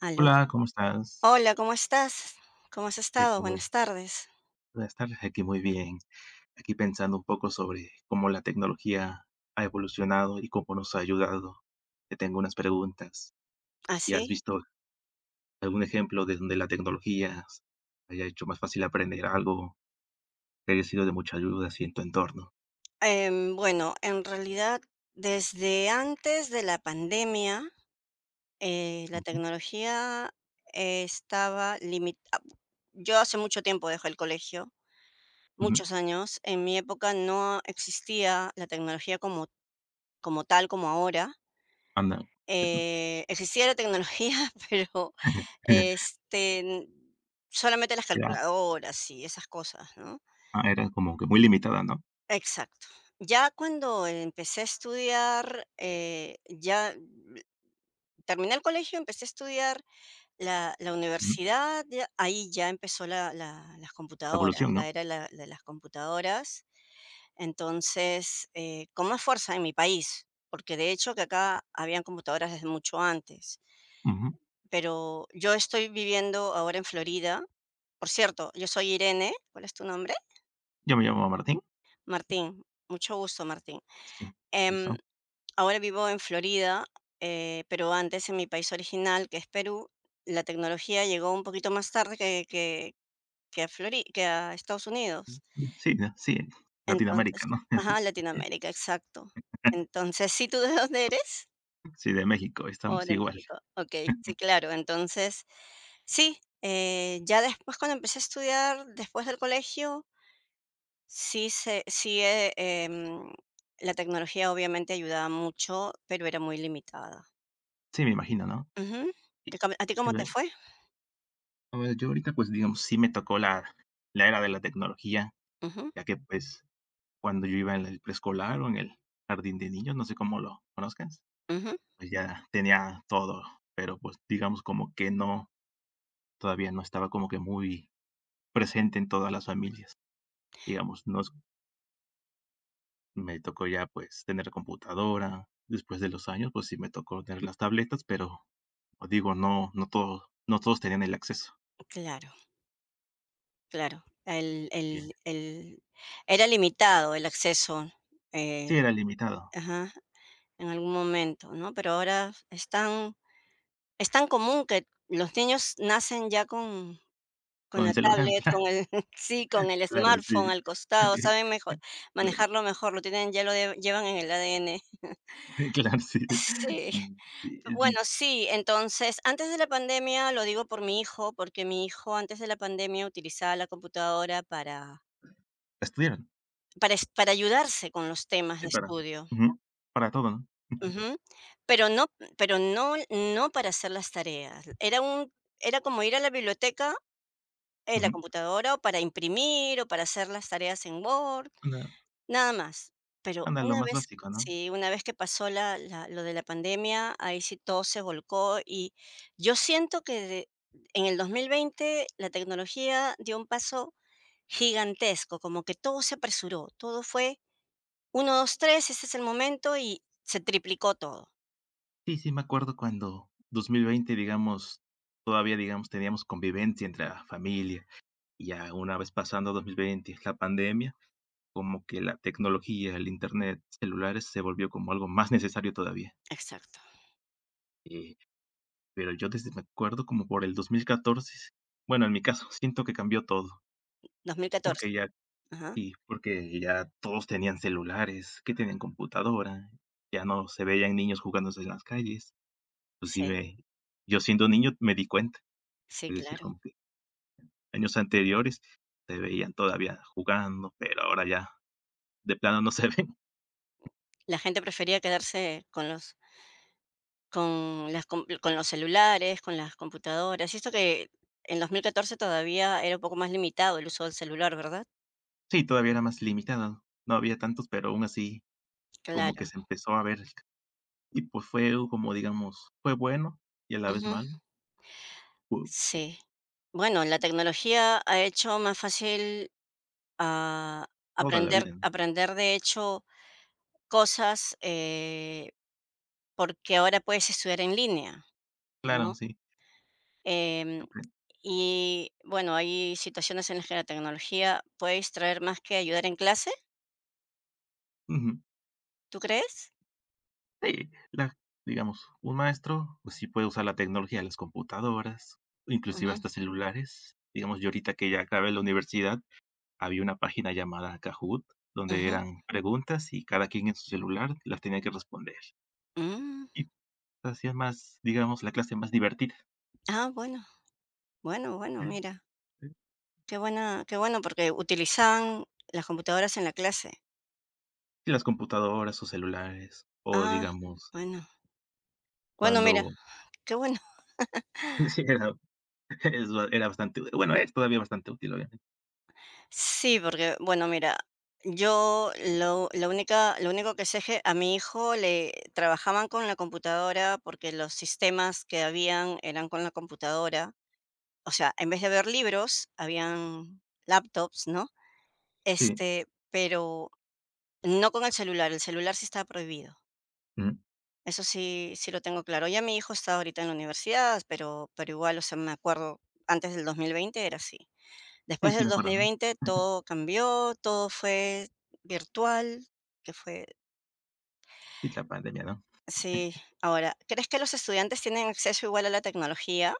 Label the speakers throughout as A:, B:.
A: Aló.
B: Hola, ¿cómo estás?
A: Hola, ¿cómo estás? ¿Cómo has estado?
B: Aquí muy
A: Buenas tardes.
B: buenas tardes, aquí muy bien. Aquí pensando un poco sobre cómo la tecnología ha evolucionado y cómo nos ha ayudado. Te tengo unas preguntas. Si has
A: ¿Así?
B: visto algún ejemplo de donde la tecnología haya hecho más fácil aprender algo que haya sido de mucha ayuda así en tu entorno.
A: Bueno, en realidad, desde antes de la pandemia, la
B: Ujú,
A: tecnología estaba limitada. Yo hace mucho tiempo dejé el colegio,
B: ujú,
A: muchos años. En mi época no existía la tecnología como tal, como ahora.
B: anda.
A: Existía la tecnología, pero este, solamente las
B: Era,
A: calculadoras y esas cosas, ¿no?
B: era como que muy limitada, ¿no?
A: Exacto. Ya cuando empecé a estudiar, ya terminé el colegio, empecé a estudiar la
B: Ujú,
A: universidad, ahí ya empezó las
B: la
A: computadoras,
B: evolución, ¿no?
A: la era de las computadoras. Entonces, con más fuerza en mi país, porque de hecho que acá habían computadoras desde mucho antes.
B: Ujú.
A: Pero yo estoy viviendo ahora en Florida. Por cierto, yo soy Irene. ¿Cuál es tu nombre?
B: Yo me llamo Martín.
A: Martín. Mucho gusto, Martín.
B: Sí, ¿te
A: Em,
B: gustó?
A: Ahora vivo en Florida, pero antes en mi país original, que es Perú, la tecnología llegó un poquito más tarde que a Estados Unidos.
B: Sí, ¿no? Sí,
A: Entonces,
B: Latinoamérica, ¿no?
A: ajá, Latinoamérica, exacto. Entonces, ¿sí tú de dónde eres?
B: Sí, de México,
A: ¿O
B: estamos
A: de
B: igual.
A: México? Ok, sí, claro. Entonces, sí, ya después cuando empecé a estudiar, después del colegio, sí, la tecnología obviamente ayudaba mucho, pero era muy limitada.
B: Sí, me imagino, ¿no?
A: Ujú.
B: Y,
A: ¿Te come a ti cómo te
B: eh,
A: fue?
B: a ver, yo ahorita, pues, digamos, sí me tocó la era de la tecnología,
A: Ujú,
B: ya que, pues, cuando yo iba en el preescolar o en el jardín de niños, no sé cómo lo conozcas,
A: ujú.
B: pues, ya tenía todo, pero, pues, digamos, como que no, todavía no estaba como que muy presente en todas las familias. Digamos, nos me tocó ya, pues, tener computadora. Después de los años, pues, sí me tocó tener las tabletas, pero, como digo, no todos tenían el acceso.
A: Claro, claro. El era limitado el acceso,
B: Sí,
A: eh
B: era limitado.
A: ajá, en algún momento, ¿no? Pero ahora es tan común que los niños nacen ya con
B: Con
A: la
B: el celular,
A: tablet,
B: claro,
A: con el sí, con el
B: claro, sí.
A: smartphone al costado, saben mejor
B: Claro,
A: manejarlo mejor, lo tienen ya llevan en el ADN.
B: claro, sí.
A: Sí.
B: Mm, sí, sí,
A: Bueno, sí, entonces, antes de la pandemia, lo digo por mi hijo, porque mi hijo antes de la pandemia utilizaba la computadora para
B: estudiaron,
A: para es para ayudarse con los temas
B: sí,
A: de
B: para
A: estudio.
B: ujú, para todo, ¿no? Ujú,
A: Ujú. Pero no pero no para hacer las tareas. Era como ir a la biblioteca en la computadora, o para imprimir, o para hacer las tareas en Word.
B: Anda
A: Nada más. Pero
B: anda, lo
A: una
B: más
A: vez
B: básico, ¿no?
A: sí, una vez que pasó la la lo de la pandemia, ahí sí todo se volcó, y yo siento que de en el 2020 la tecnología dio un paso gigantesco, como que todo se apresuró, todo fue uno 2 3 ese es el momento, y se triplicó todo.
B: Sí, sí, me acuerdo cuando 2020, digamos, todavía, digamos, teníamos convivencia entre la familia, y ya una vez pasando 2020, la pandemia, como que la tecnología, el Internet, celulares, se volvió como algo más necesario todavía.
A: Exacto,
B: Pero yo desde me acuerdo como por el 2014, bueno, en mi caso, siento que cambió todo,
A: 2014.
B: porque ya
A: Ajá.
B: sí, porque ya todos tenían celulares, que tenían computadora, ya no se veían niños jugándose en las calles. Pues sí,
A: Sí,
B: me yo siendo niño me di cuenta,
A: sí,
B: es decir,
A: claro.
B: como que años anteriores se veían todavía jugando, pero ahora ya de plano no se ven.
A: La gente prefería quedarse con los celulares, con las computadoras, y esto que en 2014 todavía era un poco más limitado el uso del celular, ¿verdad?
B: Sí, todavía era más limitado, no había tantos, pero aún así como que
A: Claro.
B: se empezó a ver y pues fue como digamos, fue bueno y a la vez
A: Ujú.
B: mal.
A: Sí. Bueno, la tecnología ha hecho más fácil, ah,
B: Toda la vida,
A: aprender
B: ¿no?
A: aprender, de hecho, cosas, porque ahora puedes estudiar en línea,
B: Claro,
A: ¿no?
B: sí,
A: Em,
B: apren
A: y bueno, hay situaciones en las que la tecnología puede distraer más que ayudar en clase,
B: ujú.
A: ¿tú crees?
B: Sí, la digamos, un maestro, pues sí puede usar la tecnología, de las computadoras, inclusive
A: Ujú,
B: hasta celulares. Digamos, yo ahorita que ya acabé la universidad, había una página llamada Kahoot, donde
A: ujú,
B: eran preguntas y cada quien en su celular las tenía que responder.
A: mm.
B: Y hacía más, digamos, la clase más divertida.
A: Ah, bueno, bueno, bueno, mira, qué buena, qué bueno, porque utilizaban las computadoras en la clase.
B: Y las computadoras o celulares, o
A: Ah,
B: digamos,
A: bueno, bueno, mira,
B: cuando
A: qué bueno.
B: sí, era bastante bueno, es todavía bastante útil, obviamente.
A: Sí, porque, bueno, mira, yo lo, la única, lo único que sé es que a mi hijo le trabajaban con la computadora porque los sistemas que habían eran con la computadora. O sea, en vez de haber libros, habían laptops, ¿no?
B: Sí,
A: Pero no con el celular sí estaba prohibido.
B: ujú.
A: Eso sí lo tengo claro. Ya mi hijo está ahorita en la universidad, pero igual, o sea, me acuerdo, antes del 2020 era así.
B: Sí,
A: Después
B: sí,
A: del
B: me acuerdo, ¿no?
A: 2020 todo cambió, todo fue virtual, que fue
B: Sí, la pandemia, ¿no?
A: sí. Ahora, ¿crees que los estudiantes tienen acceso igual a la tecnología?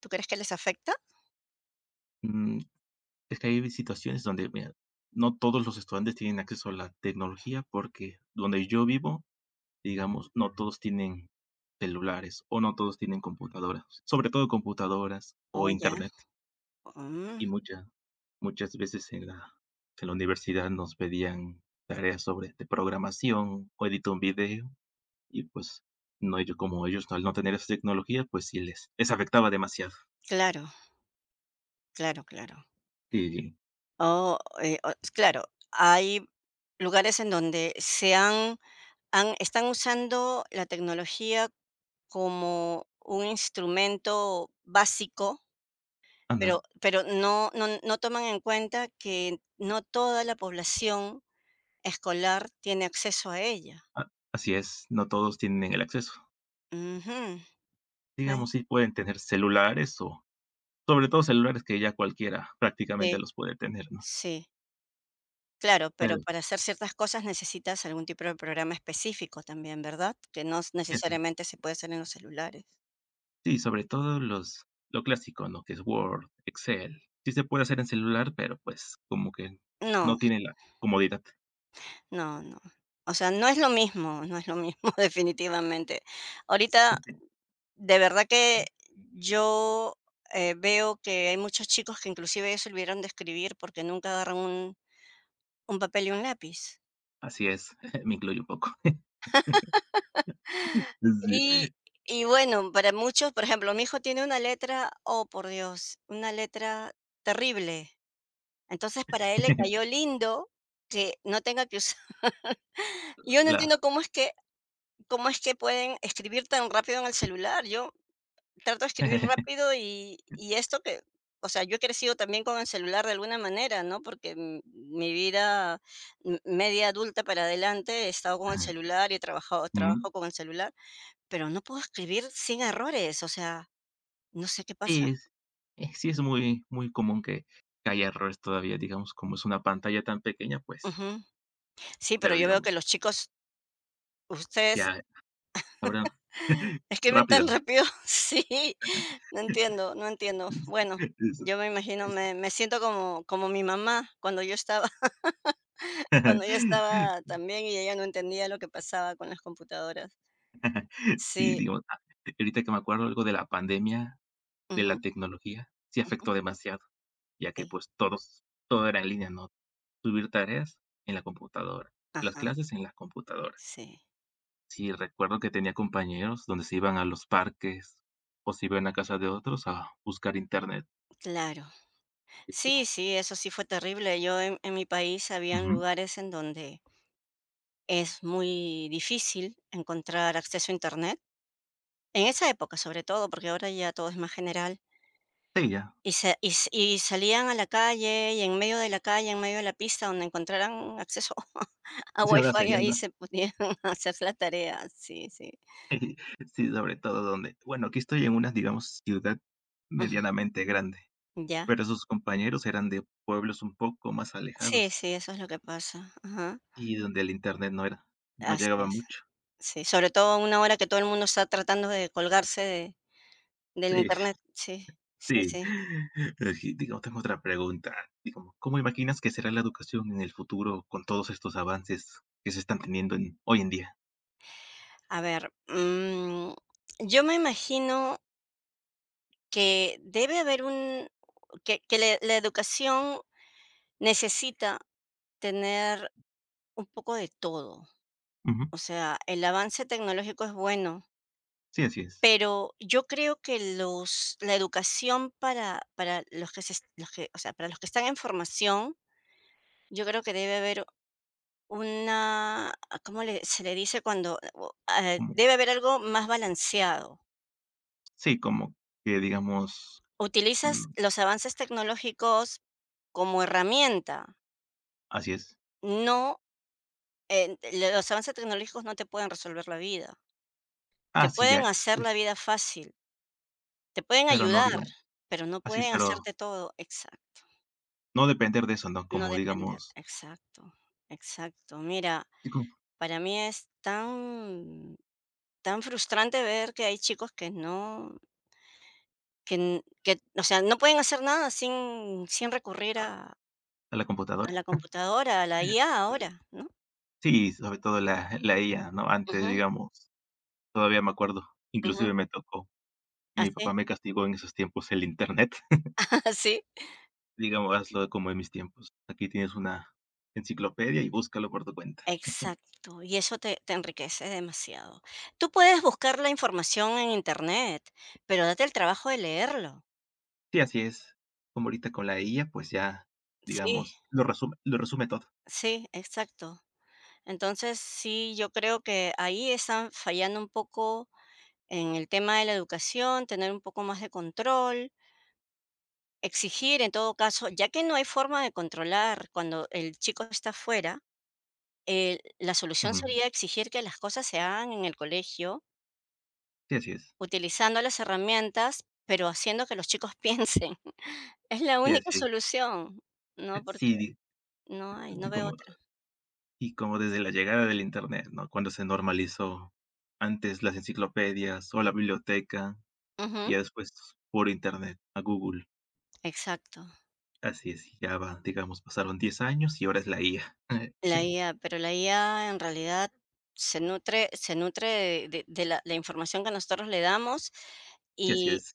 A: ¿Tú crees que les afecta?
B: Mm, es que hay situaciones donde, mira, no todos los estudiantes tienen acceso a la tecnología porque donde yo vivo, digamos, no todos tienen celulares o no todos tienen computadoras, sobre todo computadoras
A: Oh,
B: o
A: ya.
B: internet. Y
A: Mm,
B: muchas, Muchas veces en la universidad nos pedían tareas sobre de programación o edita un video y pues no ellos como ellos al no tener esa tecnología, pues sí les afectaba demasiado.
A: claro, claro, claro.
B: Y,
A: Oh, o claro, hay lugares en donde se han están usando la tecnología como un instrumento básico, pero
B: anda.
A: pero no toman en cuenta que no toda la población escolar tiene acceso a ella.
B: A así es, no todos tienen el acceso.
A: Ujú. Ah,
B: Digamos, sí pueden tener celulares o sobre todo celulares que ya cualquiera prácticamente
A: sí,
B: los puede tener, ¿no?
A: sí. Claro, pero
B: Pero
A: para hacer ciertas cosas necesitas algún tipo de programa específico también, ¿verdad? Que no s
B: sí, sí.
A: necesariamente se puede hacer en los celulares.
B: Sí, sobre todo los lo clásico, ¿no? Que es Word, Excel. Sí se puede hacer en celular, pero, pues, como que
A: No,
B: no tiene la comodidad.
A: no, no. O sea, no es lo mismo, no es lo mismo definitivamente. Ahorita. De verdad que yo, veo que hay muchos chicos que inclusive ya se olvidaron de escribir porque nunca agarran un papel y un lápiz.
B: Así es, me incluyo un poco. Sí.
A: Y y bueno, para muchos, por ejemplo, mi hijo tiene una letra, oh, por Dios, una letra terrible. Entonces, para él le cayó lindo que no tenga que usar. Yo no
B: La
A: entiendo cómo es que pueden escribir tan rápido en el celular. Yo trato de escribir rápido y esto que o sea, yo he crecido también con el celular de alguna manera, ¿no? Porque m mi vida m media adulta para adelante he estado con el celular y he trabajado
B: ujú.
A: trabajo con el celular, pero no puedo escribir sin errores, o sea, no sé qué pasa.
B: Sí, es eh, sí es muy muy común que haya errores todavía, digamos, como es una pantalla tan pequeña, pues,
A: Ujú. Sí, pero
B: pero
A: yo veo
B: digamos
A: que los chicos, ustedes
B: ya, cabrón.
A: escriben tan
B: Rápido.
A: rápido, sí, no entiendo, no entiendo. Bueno,
B: Eso
A: yo me imagino,
B: es.
A: me siento como mi mamá cuando yo estaba Cuando yo estaba también y ella no entendía lo que pasaba con las computadoras.
B: Sí,
A: Sí,
B: digo, ah, ahorita que me acuerdo algo de la pandemia, de la
A: ujú,
B: tecnología, sí afectó demasiado, ya que,
A: sí,
B: pues, todo era en línea, ¿no? Subir tareas en la computadora, las
A: ajá,
B: clases en la computadora.
A: sí,
B: Sí, recuerdo que tenía compañeros donde se iban a los parques, o se iban a casa de otros a buscar internet.
A: claro.
B: Y todo.
A: Sí, sí, eso sí fue terrible. Yo en mi país habían
B: Ujú.
A: lugares en donde es muy difícil encontrar acceso a Internet, en esa época sobre todo, porque ahora ya todo es más general,
B: Sí, ya.
A: y salían a la calle, y en medio de la calle, en medio de la pista, donde encontraran acceso a
B: Sí, una
A: Wi-Fi
B: señal.
A: ahí se podían hacer la tarea, sí, sí,
B: Sí, sobre todo donde, bueno, aquí estoy en una, digamos, ciudad
A: ujú,
B: medianamente grande,
A: ya.
B: pero sus compañeros eran de pueblos un poco más
A: Sí,
B: alejados
A: sí, eso es lo que pasa. Ajá.
B: y donde el internet no
A: Así
B: llegaba
A: es.
B: mucho.
A: Sí, sobre todo a una hora que todo el mundo está tratando de colgarse de del
B: Sí,
A: Internet. Sí, sí,
B: sí.
A: sí.
B: Y digamos, tengo otra pregunta. Digamos, ¿cómo imaginas que será la educación en el futuro con todos estos avances que se están teniendo en, hoy en día?
A: A ver, yo me imagino que debe haber un que le la educación necesita tener un poco de todo.
B: Ujú.
A: O sea, el avance tecnológico es bueno,
B: Sí, así es.
A: pero yo creo que los la educación para los que, o sea, para los que están en formación. Yo creo que debe haber una, ¿cómo le, se le dice cuando?
B: Como,
A: Debe haber algo más balanceado.
B: sí, como que digamos,
A: Utilizas
B: mm,
A: los avances tecnológicos como herramienta,
B: así es.
A: no, los avances tecnológicos no te pueden resolver la vida, te
B: Ah, sí, ya.
A: pueden hacer
B: Es,
A: la vida fácil, te pueden
B: pero no,
A: ayudar,
B: digamos,
A: pero no
B: así es,
A: pueden
B: pero
A: hacerte todo, exacto,
B: no depender de eso, ¿no?
A: no
B: Como
A: depender,
B: digamos,
A: exacto, exacto. Mira,
B: y con
A: para mí es tan, tan frustrante ver que hay chicos que no, Que n que, o sea, no pueden hacer nada sin recurrir a
B: a la computadora.
A: la computadora, a la IA ahora, ¿no?
B: Sí, sobre todo la IA, ¿no? Antes,
A: Ujú,
B: digamos, todavía me acuerdo,
A: ujú.
B: inclusive me tocó. Mi papá
A: Así,
B: me castigó en esos tiempos el Internet.
A: así.
B: Digamos, hazlo como en mis tiempos. Aquí tienes una enciclopedia y búscalo por tu cuenta.
A: Exacto, y eso te enriquece demasiado. Tú puedes buscar la información en Internet, pero date el trabajo de leerlo.
B: Sí, así es. Como ahorita con la IA, pues ya,
A: Sí,
B: digamos, lo resume todo.
A: sí, exacto. Entonces, sí, yo creo que ahí están fallando un poco en el tema de la educación, tener un poco más de control. Exigir, en todo caso, ya que no hay forma de controlar cuando el chico está fuera, la solución
B: Ujú.
A: sería exigir que las cosas se hagan en el colegio,
B: Sí, así es.
A: utilizando las herramientas, pero haciendo que los chicos piensen. Es la
B: Sí,
A: única
B: así es.
A: solución, ¿no? Porque
B: Sí,
A: no hay, no veo
B: como
A: otra.
B: y como desde la llegada del Internet, ¿no? Cuando se normalizó antes las enciclopedias o la biblioteca, y
A: Ujú,
B: ya después por Internet, a Google.
A: exacto.
B: Así es, y ya va, digamos, pasaron 10 años y ahora es la IA.
A: La IA, pero la IA en realidad se nutre de la información que nosotros le damos
B: Sí, así
A: y,
B: es.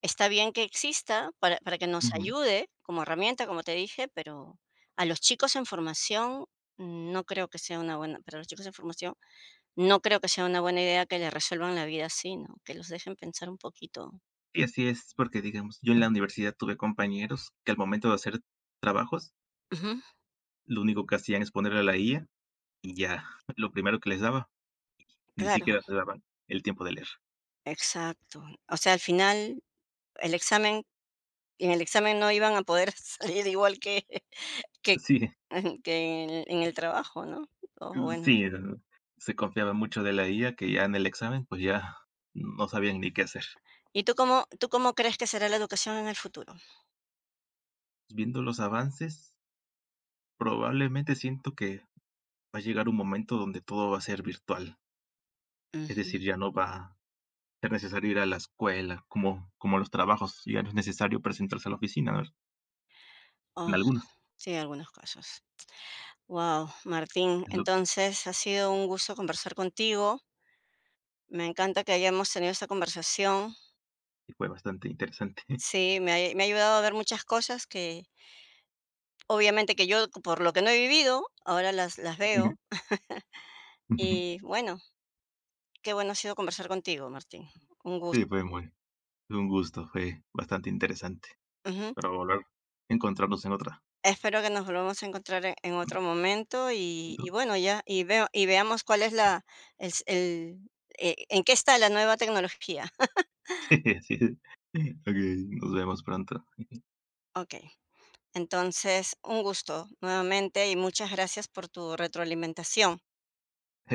A: Está bien que exista para que nos
B: Ujú.
A: ayude como herramienta, como te dije, pero a los chicos en formación no creo que sea una buena para los chicos en formación, no creo que sea una buena idea que les resuelvan la vida así, ¿no? Que los dejen pensar un poquito.
B: Sí, así es, porque, digamos, yo en la universidad tuve compañeros que al momento de hacer trabajos,
A: Ujú.
B: lo único que hacían es ponerle a la IA y ya, lo primero que les daba, ni
A: Claro,
B: siquiera te daban el tiempo de leer.
A: exacto. O sea, al final, el examen en el examen no iban a poder salir igual que que
B: Sí.
A: que en el trabajo, ¿no? O bueno.
B: Sí, se confiaba mucho de la IA que ya en el examen, pues ya no sabían ni qué hacer.
A: ¿Y tú cómo crees que será la educación en el futuro?
B: Viendo los avances, probablemente siento que va a llegar un momento donde todo va a ser virtual. Es
A: Ujú.
B: decir, ya no va a ser necesario ir a la escuela, como, como los trabajos, ya no es necesario presentarse a la oficina, ¿no? En algunos.
A: Sí, algunos casos. Wow, Martín,
B: Es lo
A: entonces ha sido un gusto conversar contigo. Me encanta que hayamos tenido esta conversación.
B: que fue bastante interesante.
A: Sí, me ha ayudado a ver muchas cosas que obviamente que yo por lo que no he vivido, ahora las veo. Y bueno, qué bueno ha sido conversar contigo, Martín. Un
B: Sí,
A: gusto.
B: fue muy, fue un gusto, fue bastante interesante.
A: Ujú.
B: Para volver a encontrarnos en otra.
A: Espero que nos volvamos a encontrar en otro momento y bueno, ya, y, veo, y veamos cuál es la, el, en qué está la nueva tecnología.
B: Sí, sí. Okey, nos vemos pronto.
A: Ok. Entonces, un gusto nuevamente y muchas gracias por tu retroalimentación.